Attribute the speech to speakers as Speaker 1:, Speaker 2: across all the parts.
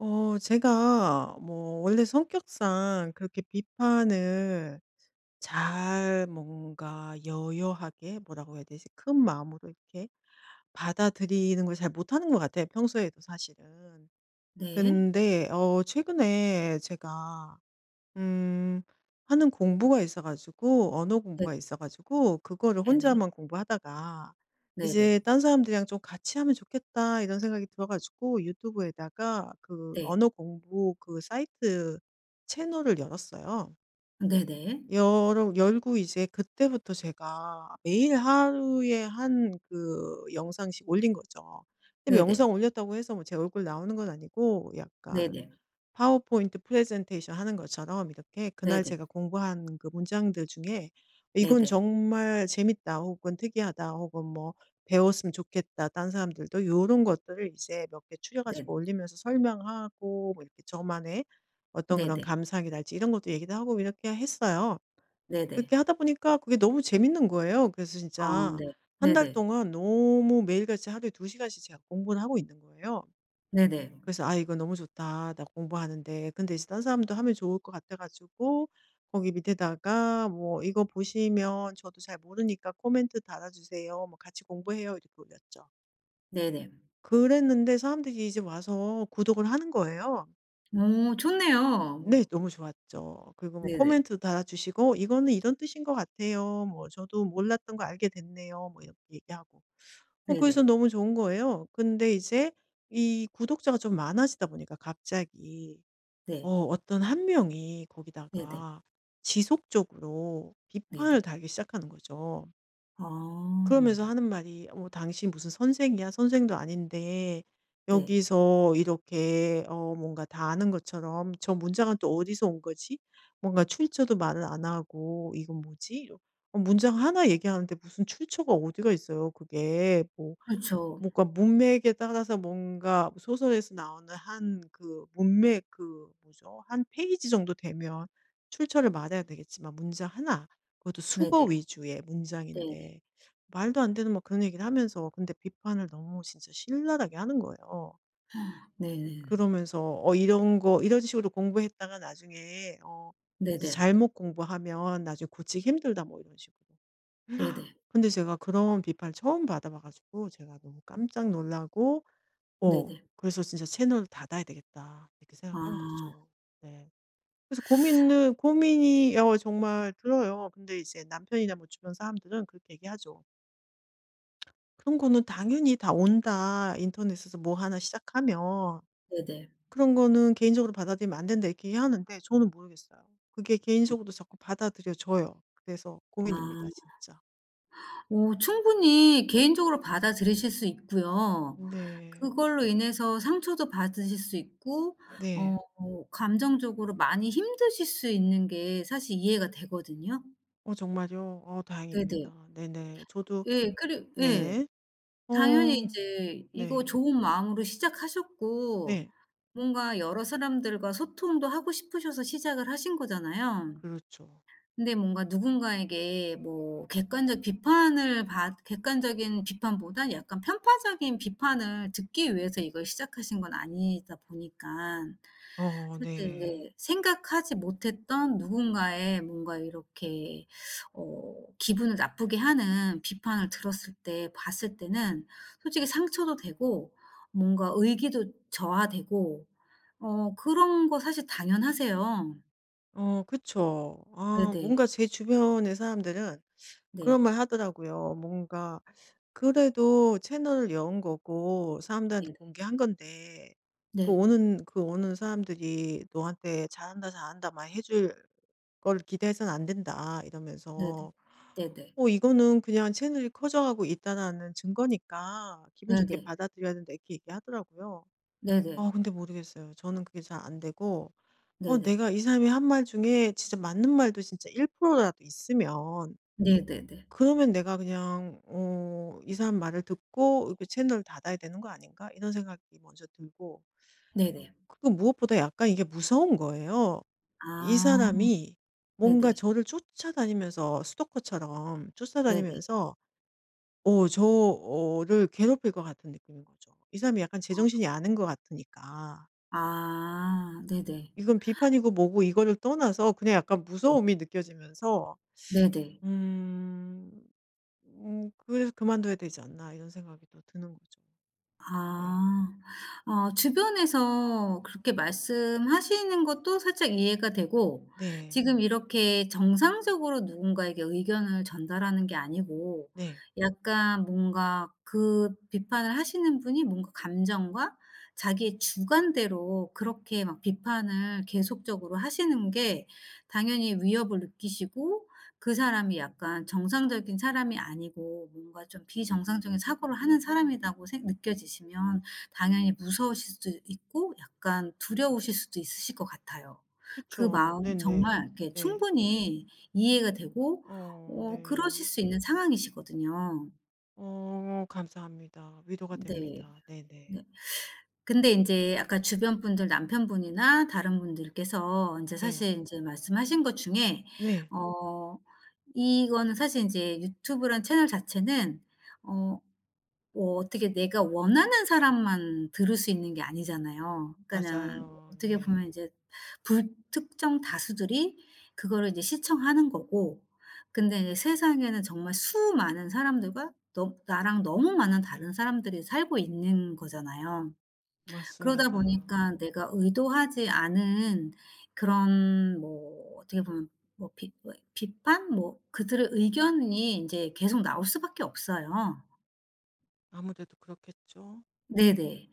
Speaker 1: 제가 뭐 원래 성격상 그렇게 비판을 잘 뭔가 여여하게 뭐라고 해야 되지? 큰 마음으로 이렇게 받아들이는 걸 잘 못하는 것 같아요 평소에도 사실은.
Speaker 2: 네.
Speaker 1: 근데 최근에 제가 음. 하는 공부가 있어 가지고 언어
Speaker 2: 네.
Speaker 1: 공부가 있어 가지고 그거를
Speaker 2: 네네.
Speaker 1: 혼자만 공부하다가
Speaker 2: 네네.
Speaker 1: 이제 '딴 사람들이랑 좀 같이 하면 좋겠다.' 이런 생각이 들어 가지고 유튜브에다가 그
Speaker 2: 네.
Speaker 1: 언어 공부 그 사이트 채널을 열었어요.
Speaker 2: 네네.
Speaker 1: 열어 열고 이제 그때부터 제가 매일 하루에 한 그 영상씩 올린 거죠. 근데 뭐
Speaker 2: 네네.
Speaker 1: 영상 올렸다고 해서 뭐 제 얼굴 나오는 건 아니고 약간
Speaker 2: 네네.
Speaker 1: 파워포인트 프레젠테이션 하는 것처럼 이렇게 그날 제가 공부한 그 문장들 중에 '이건
Speaker 2: 네네.
Speaker 1: 정말 재밌다.' 혹은 '특이하다.' 혹은 뭐 '배웠으면 좋겠다, 딴 사람들도.' 요런 것들을 이제 몇 개 추려
Speaker 2: 네네.
Speaker 1: 가지고
Speaker 2: 네.
Speaker 1: 올리면서 설명하고 뭐 이렇게 저만의 어떤 그런
Speaker 2: 네네.
Speaker 1: 감상이랄지 이런 것도 얘기도 하고 이렇게 했어요.
Speaker 2: 네네.
Speaker 1: 그렇게 하다 보니까 그게 너무 재밌는 거예요. 그래서
Speaker 2: 어
Speaker 1: 진짜
Speaker 2: 네.
Speaker 1: 한 달
Speaker 2: 네네.
Speaker 1: 동안 너무 매일같이 하루에 두 시간씩 제가 공부를 하고 있는 거예요.
Speaker 2: 네네.
Speaker 1: 그래서 '아 이거 너무 좋다. 나 공부하는데.' 근데 이제 딴 사람도 하면 좋을 것 같아 가지고 거기 밑에다가 뭐 "이거 보시면 저도 잘 모르니까 코멘트 달아주세요. 뭐 같이 공부해요." 이렇게 올렸죠.
Speaker 2: 네네.
Speaker 1: 그랬는데 사람들이 이제 와서 구독을 하는 거예요.
Speaker 2: 어 좋네요.
Speaker 1: 네. 너무 좋았죠. 그리고 뭐
Speaker 2: 네네.
Speaker 1: 코멘트도 달아주시고 "이거는 이런 뜻인 것 같아요. 뭐 저도 몰랐던 거 알게 됐네요." 뭐 이렇게 얘기하고.
Speaker 2: 네네.
Speaker 1: 그래서 너무 좋은 거예요. 근데 이제 이 구독자가 좀 많아지다 보니까 갑자기
Speaker 2: 네.
Speaker 1: 어떤 한 명이
Speaker 2: 네네.
Speaker 1: 거기다가 지속적으로
Speaker 2: 네네.
Speaker 1: 비판을 달기 시작하는 거죠.
Speaker 2: 아
Speaker 1: 그러면서 하는 말이 "어 당신 무슨 선생이야? 선생도 아닌데
Speaker 2: 네.
Speaker 1: 여기서 이렇게 어 뭔가 다 아는 것처럼 저 문장은 또 어디서 온 거지? 뭔가 출처도 말을 안 하고 이건 뭐지?" 이러 어 문장 하나 얘기하는데 무슨 출처가 어디가 있어요 그게. 뭐
Speaker 2: 그렇죠.
Speaker 1: 뭔가 문맥에 따라서 뭔가 소설에서 나오는 한 그 문맥 그 뭐죠? 한 페이지 정도 되면 출처를 말해야 되겠지만 문장 하나 그것도 수거
Speaker 2: 네네.
Speaker 1: 위주의
Speaker 2: 네.
Speaker 1: 문장인데 말도 안 되는 막 그런 얘기를 하면서 근데 비판을 너무 진짜 신랄하게 하는 거예요.
Speaker 2: 네네네.
Speaker 1: 그러면서 이런 거 이런 식으로 공부했다가 나중에 어 이제
Speaker 2: 네네.
Speaker 1: 잘못 공부하면 나중에 고치기 힘들다 뭐 이런 식으로.
Speaker 2: 네네.
Speaker 1: 근데 제가 그런 비판을 처음 받아 봐 가지고 제가 너무 깜짝 놀라고 어.
Speaker 2: 네네.
Speaker 1: 그래서 '진짜 채널을 닫아야 되겠다.' 이렇게
Speaker 2: 아
Speaker 1: 생각한 거죠. 네. 그래서 고민을 고민이 어 정말 들어요. 근데 이제 남편이나 뭐 주변 사람들은 그렇게 얘기하죠. "그런 거는 당연히 다 온다. 인터넷에서 뭐 하나 시작하면.
Speaker 2: 네네.
Speaker 1: 그런 거는 개인적으로 받아들이면 안 된다." 이렇게 얘기하는데 저는 모르겠어요. 그게 개인적으로 자꾸 받아들여져요. 그래서 고민입니다
Speaker 2: 아.
Speaker 1: 진짜.
Speaker 2: 오, 충분히 개인적으로 받아들이실 수 있고요.
Speaker 1: 네.
Speaker 2: 그걸로 인해서 상처도 받으실 수 있고 어
Speaker 1: 네.
Speaker 2: 감정적으로 많이 힘드실 수 있는 게 사실 이해가 되거든요.
Speaker 1: 어 정말요? 어
Speaker 2: 네네.
Speaker 1: 다행입니다. 네네. 저도
Speaker 2: 예. 그리 예.
Speaker 1: 네. 어
Speaker 2: 당연히 이제 이거
Speaker 1: 네.
Speaker 2: 좋은 마음으로 시작하셨고
Speaker 1: 네.
Speaker 2: 뭔가 여러 사람들과 소통도 하고 싶으셔서 시작을 하신 거잖아요.
Speaker 1: 그렇죠.
Speaker 2: 근데 뭔가 누군가에게 뭐 객관적 비판을 받 객관적인 비판보다 약간 편파적인 비판을 듣기 위해서 이걸 시작하신 건 아니다 보니까
Speaker 1: 어
Speaker 2: 사실
Speaker 1: 네.
Speaker 2: 이제 생각하지 못했던 누군가의 뭔가 이렇게 기분을 나쁘게 하는 비판을 들었을 때 봤을 때는 솔직히 상처도 되고 뭔가 의기도 저하되고 그런 거 사실 당연하세요.
Speaker 1: 어 그쵸. 아
Speaker 2: 네네.
Speaker 1: 뭔가 제 주변의 사람들은 그런
Speaker 2: 네.
Speaker 1: 말 하더라고요. 뭔가 그래도 채널을 연 거고 사람들한테
Speaker 2: 네네.
Speaker 1: 공개한 건데
Speaker 2: 네. 네.
Speaker 1: 그 오는 사람들이 "너한테 '잘한다, 잘한다.' 막 해줄 걸 기대해서는 안 된다."
Speaker 2: 네네.
Speaker 1: 이러면서
Speaker 2: 네네.
Speaker 1: "어 이거는 그냥 채널이 커져가고 있다."라는 증거니까 기분 좋게
Speaker 2: 네네.
Speaker 1: 받아들여야 된다." 이렇게 얘기하더라고요. 아
Speaker 2: 네네.
Speaker 1: 근데 모르겠어요. 저는 그게 잘 안 되고 어
Speaker 2: 네네.
Speaker 1: 내가 이 사람이 한 말 중에 진짜 맞는 말도 진짜 1% 라도 있으면
Speaker 2: 네네네.
Speaker 1: 그러면 내가 그냥 어 '이 사람 말을 듣고 이렇게 채널을 닫아야 되는 거 아닌가?' 이런 생각이 먼저 들고
Speaker 2: 네네.
Speaker 1: 그리고 무엇보다 약간 이게 무서운 거예요. 이
Speaker 2: 아.
Speaker 1: 사람이 뭔가
Speaker 2: 네네.
Speaker 1: 저를 쫓아다니면서 스토커처럼
Speaker 2: 네네.
Speaker 1: 쫓아다니면서 어 저를 괴롭힐 것 같은 느낌인 거죠. 이 사람이 약간 제정신이 아닌 것 같으니까.
Speaker 2: 아. 네네.
Speaker 1: 이건 비판이고 뭐고 이거를 떠나서 그냥 약간
Speaker 2: 네.
Speaker 1: 무서움이 느껴지면서
Speaker 2: 네네.
Speaker 1: 음. 그래서 '그만둬야 되지 않나.' 이런 생각이 또 드는 거죠. 네.
Speaker 2: 아. 어 주변에서 그렇게 말씀하시는 것도 살짝 이해가 되고
Speaker 1: 네.
Speaker 2: 지금 이렇게 정상적으로 누군가에게 의견을 전달하는 게 아니고
Speaker 1: 네.
Speaker 2: 약간 뭔가 그 비판을 하시는 분이 뭔가 감정과 자기의 주관대로 그렇게 막 비판을 계속적으로 하시는 게 당연히 위협을 느끼시고 그 사람이 약간 정상적인 사람이 아니고 뭔가 좀 비정상적인 사고를 하는 사람이라고 생 느껴지시면 당연히 무서우실 수도 있고 약간 두려우실 수도 있으실 것 같아요.
Speaker 1: 그
Speaker 2: 그
Speaker 1: 죠 네
Speaker 2: 마음
Speaker 1: 네.
Speaker 2: 정말 이렇게
Speaker 1: 네.
Speaker 2: 충분히 이해가 되고
Speaker 1: 어
Speaker 2: 그러실
Speaker 1: 네.
Speaker 2: 수 있는 상황이시거든요.
Speaker 1: 어 감사합니다. 위로가
Speaker 2: 네.
Speaker 1: 됩니다. 네네.
Speaker 2: 네.
Speaker 1: 네.
Speaker 2: 근데 인제 아까 주변 분들 남편분이나 다른 분들께서 인제 사실
Speaker 1: 네.
Speaker 2: 인제 말씀하신 것 중에
Speaker 1: 네,
Speaker 2: 어 이거는 사실 인제 유튜브란 채널 자체는 어 뭐 어떻게 내가 원하는 사람만 들을 수 있는 게 아니잖아요. 그러니까는
Speaker 1: 맞아요.
Speaker 2: 어떻게 보면
Speaker 1: 네.
Speaker 2: 인제 불특정 다수들이 그거를 이제 시청하는 거고 근데 이제 세상에는 정말 수많은 사람들과 너 나랑 너무 많은 다른 사람들이 살고 있는 거잖아요. 그러다
Speaker 1: 맞습니다.
Speaker 2: 보니까 내가 의도하지 않은 그런 뭐 어떻게 보면 뭐 비 뭐 비판 뭐 그들의 의견이 인제 계속 나올 수밖에 없어요.
Speaker 1: 아무래도 그렇겠죠? 네.
Speaker 2: 네네.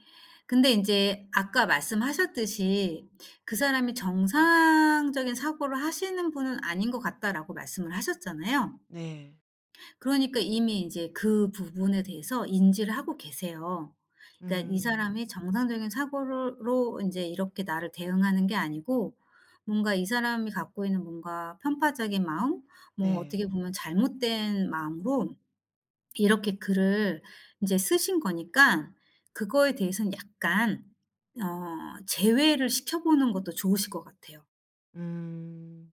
Speaker 2: 근데 인제 아까 말씀하셨듯이 "그 사람이 정상적인 사고를 하시는 분은 아닌 것 같다."라고 말씀을 하셨잖아요.
Speaker 1: 네.
Speaker 2: 그러니까 이미 인제 그 부분에 대해서 인지를 하고 계세요. 그러니까 이
Speaker 1: 음.
Speaker 2: 사람이 정상적인 사고를 로 인제 이렇게 나를 대응하는 게 아니고 뭔가 이 사람이 갖고 있는 뭔가 편파적인 마음 뭐
Speaker 1: 네.
Speaker 2: 어떻게 보면 잘못된 마음으로 이렇게 글을 인제 쓰신 거니깐 그거에 대해서는 약간 제외를 시켜 보는 것도 좋으실 것 같아요.
Speaker 1: 음.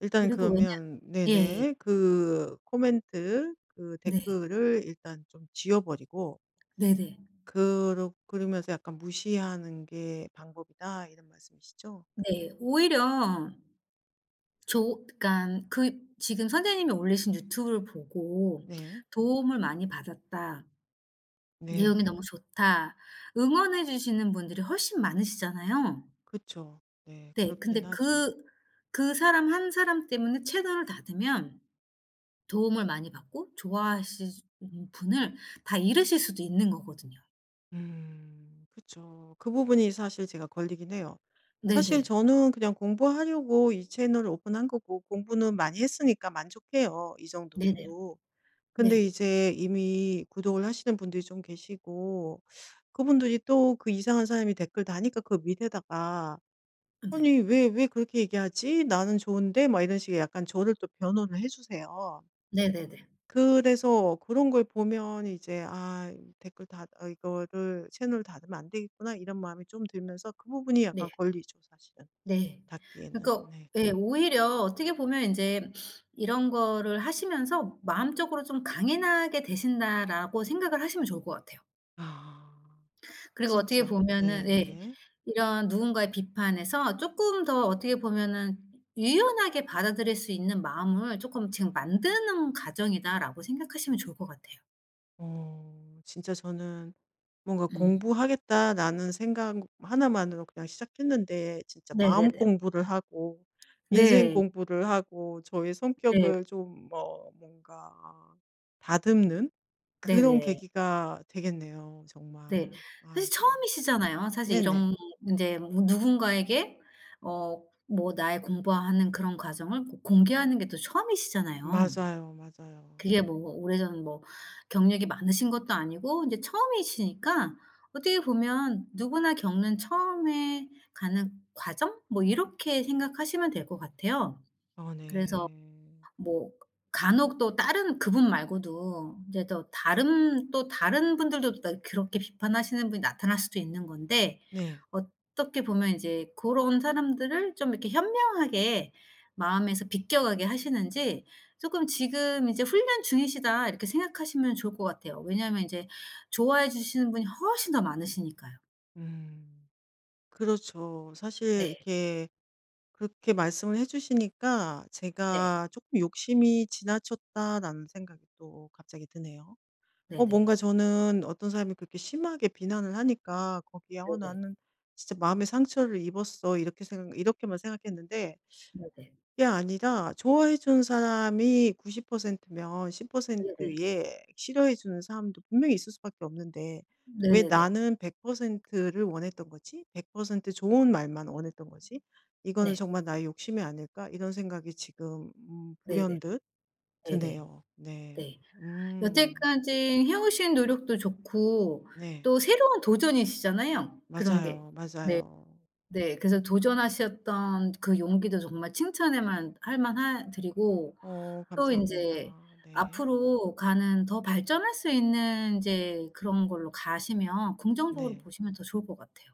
Speaker 1: 일단
Speaker 2: 그리고 왜냐
Speaker 1: 그러면
Speaker 2: 예.
Speaker 1: 네네. 그 코멘트 그
Speaker 2: 네.
Speaker 1: 댓글을 일단 좀 지워 버리고
Speaker 2: 네네. 네.
Speaker 1: 그러면서 약간 '무시하는 게 방법이다.' 이런 말씀이시죠?
Speaker 2: 네. 오히려 조 그러니까 그 지금 선생님이 올리신 유튜브를 보고
Speaker 1: 네.
Speaker 2: '도움을 많이 받았다.
Speaker 1: 네.
Speaker 2: 내용이 너무 좋다.' 응원해 주시는 분들이 훨씬 많으시잖아요.
Speaker 1: 그쵸. 네.
Speaker 2: 네.
Speaker 1: 그렇긴
Speaker 2: 근데
Speaker 1: 하죠.
Speaker 2: 그 그 사람 한 사람 때문에 채널을 닫으면 도움을 많이 받고 좋아하시는 분을 다 잃으실 수도 있는 거거든요.
Speaker 1: 음. 그쵸. 그 부분이 사실 제가 걸리긴 해요. 사실
Speaker 2: 네네.
Speaker 1: 저는 그냥 공부하려고 이 채널을 오픈한 거고 공부는 많이 했으니까 만족해요, 이
Speaker 2: 네네.
Speaker 1: 정도로도. 근데
Speaker 2: 네.
Speaker 1: 이제 이미 구독을 하시는 분들이 좀 계시고 그분들이 또 그 이상한 사람이 댓글 다니까 그 밑에다가
Speaker 2: 네.
Speaker 1: "아니 왜 그렇게 얘기하지? 나는 좋은데." 막 이런 식의 약간 저를 또 변호를 해 주세요.
Speaker 2: 네네네.
Speaker 1: 그래서 그런 걸 보면 이제 '아 댓글 다 어 이거를 채널 닫으면 안 되겠구나.' 이런 마음이 좀 들면서 그 부분이
Speaker 2: 네.
Speaker 1: 약간 걸리죠 사실은
Speaker 2: 네.
Speaker 1: 닫기에는.
Speaker 2: 그러니까
Speaker 1: 네.
Speaker 2: 예 오히려 어떻게 보면 인제 이런 거를 하시면서 '마음적으로 좀 강인하게 되신다.'라고 생각을 하시면 좋을 것 같아요.
Speaker 1: 아.
Speaker 2: 그리고 어떻게
Speaker 1: 진짜.
Speaker 2: 보면은 예
Speaker 1: 네네.
Speaker 2: 이런 누군가의 비판에서 쪼끔 더 어떻게 보면은 '유연하게 받아들일 수 있는 마음을 쪼끔 지금 만드는 과정이다.'라고 생각하시면 좋을 것 같아요.
Speaker 1: 어 진짜 저는 뭔가
Speaker 2: 음.
Speaker 1: '공부하겠다.'라는 생각 하나만으로 그냥 시작했는데 진짜 마음
Speaker 2: 네네네.
Speaker 1: 공부를 하고 인생
Speaker 2: 네.
Speaker 1: 공부를 하고 저의
Speaker 2: 네.
Speaker 1: 성격을 좀 뭐 뭔가 다듬는 그런
Speaker 2: 네네.
Speaker 1: 계기가 되겠네요
Speaker 2: 네.
Speaker 1: 정말.
Speaker 2: 사실
Speaker 1: 아이고.
Speaker 2: 처음이시잖아요. 사실
Speaker 1: 네네.
Speaker 2: 이런 인제 뭐 누군가에게 뭐 나의 공부하는 그런 과정을 고 공개하는 게 또 처음이시잖아요.
Speaker 1: 맞아요, 맞아요.
Speaker 2: 그게 뭐 오래전 뭐 경력이 많으신 것도 아니고 인제 처음이시니까 어떻게 보면 누구나 겪는 처음에 가는 과정 뭐 이렇게 생각하시면 될 것 같아요.
Speaker 1: 어
Speaker 2: 그래서
Speaker 1: 네.
Speaker 2: 뭐 간혹 또 다른 그분 말고도 이제 또 다른 또 다른 분들도 또 그렇게 비판하시는 분이 나타날 수도 있는 건데
Speaker 1: 네.
Speaker 2: 어떻게 보면 이제 고런 사람들을 좀 이렇게 현명하게 마음에서 비껴가게 하시는지 쪼끔 '지금 이제 훈련 중이시다.' 이렇게 생각하시면 좋을 것 같아요. 왜냐하면 이제 좋아해 주시는 분이 훨씬 더 많으시니까요.
Speaker 1: 음. 그렇죠. 사실
Speaker 2: 네.
Speaker 1: 이렇게 그렇게 말씀을 해 주시니까
Speaker 2: 네.
Speaker 1: 제가 조금 '욕심이 지나쳤다.'라는 생각이 또 갑자기 드네요. 어
Speaker 2: 네네.
Speaker 1: 뭔가 저는 어떤 사람이 그렇게 심하게 비난을 하니까 거기에 '어
Speaker 2: 네네.
Speaker 1: 나는 진짜 마음의 상처를 입었어.' 이렇게만 생각했는데
Speaker 2: 네네.
Speaker 1: 그게 아니라 좋아해 주는 사람이 90%면
Speaker 2: 네네.
Speaker 1: 10%의 싫어해 주는 사람도 분명히 있을 수밖에 없는데 왜
Speaker 2: 네네네.
Speaker 1: 나는 100%를 원했던 거지? 100% 좋은 말만 원했던 거지?
Speaker 2: 네. 네네.
Speaker 1: 이거는
Speaker 2: 네네. 네.
Speaker 1: 정말 나의 욕심이 아닐까? 이런 생각이 지금
Speaker 2: 네, 네, 네,
Speaker 1: 불현듯
Speaker 2: 네, 네,
Speaker 1: 드네요. 네.
Speaker 2: 네.
Speaker 1: 음.
Speaker 2: 여태까지 해오신 노력도 좋고
Speaker 1: 네.
Speaker 2: 또 새로운 도전이시잖아요, 그런 게.
Speaker 1: 맞아요,
Speaker 2: 네.
Speaker 1: 맞아요.
Speaker 2: 네. 그래서 도전하셨던 그 용기도 정말 칭찬에만 할 만하 드리고
Speaker 1: 어
Speaker 2: 또 인제
Speaker 1: 감사합니다. 네.
Speaker 2: 앞으로 가는 더 발전할 수 있는 인제 그런 걸로 가시면 긍정적으로
Speaker 1: 네.
Speaker 2: 보시면 더 좋을 것 같아요.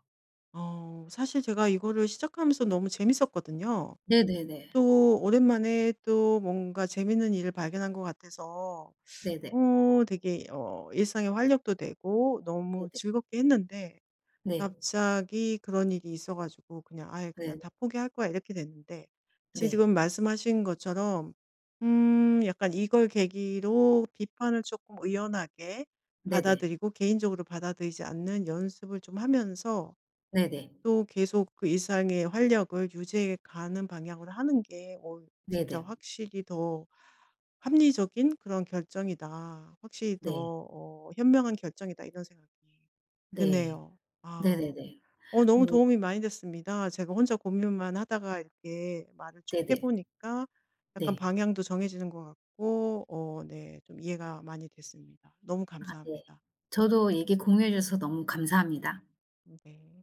Speaker 1: 어 사실 제가 이거를 시작하면서 너무 재밌었거든요.
Speaker 2: 네네네.
Speaker 1: 또 오랜만에 또 뭔가 재밌는 일을 발견한 것 같아서
Speaker 2: 네네.
Speaker 1: 어 되게 어 일상에 활력도 되고 너무
Speaker 2: 네네.
Speaker 1: 즐겁게 했는데
Speaker 2: 네.
Speaker 1: 갑자기 그런 일이 있어 가지고 그냥 '아예 그냥
Speaker 2: 네.
Speaker 1: 다 포기할 거야.' 이렇게 됐는데
Speaker 2: 네.
Speaker 1: 지금 말씀하신 것처럼 약간 이걸 계기로 비판을 조금 의연하게
Speaker 2: 네네.
Speaker 1: 받아들이고 개인적으로 받아들이지 않는 연습을 좀 하면서
Speaker 2: 네네.
Speaker 1: 또 계속 그 이상의 활력을 유지해 가는 방향으로 하는 게 어 진짜
Speaker 2: 네네.
Speaker 1: 확실히 더 합리적인 그런 결정이다. 확실히 더
Speaker 2: 네.
Speaker 1: 어 현명한 결정이다. 이런 생각이
Speaker 2: 네.
Speaker 1: 드네요. 아.
Speaker 2: 네네네.
Speaker 1: 어 너무
Speaker 2: 음
Speaker 1: 도움이 많이 됐습니다. 제가 혼자 고민만 하다가 이렇게 말을 쭉 해
Speaker 2: 네네.
Speaker 1: 보니까 약간
Speaker 2: 네.
Speaker 1: 방향도 정해지는 것 같고 어 네 좀 이해가 많이 됐습니다. 너무
Speaker 2: 아 네.
Speaker 1: 감사합니다.
Speaker 2: 저도 얘기 공유해 주셔서 너무 감사합니다.
Speaker 1: 네.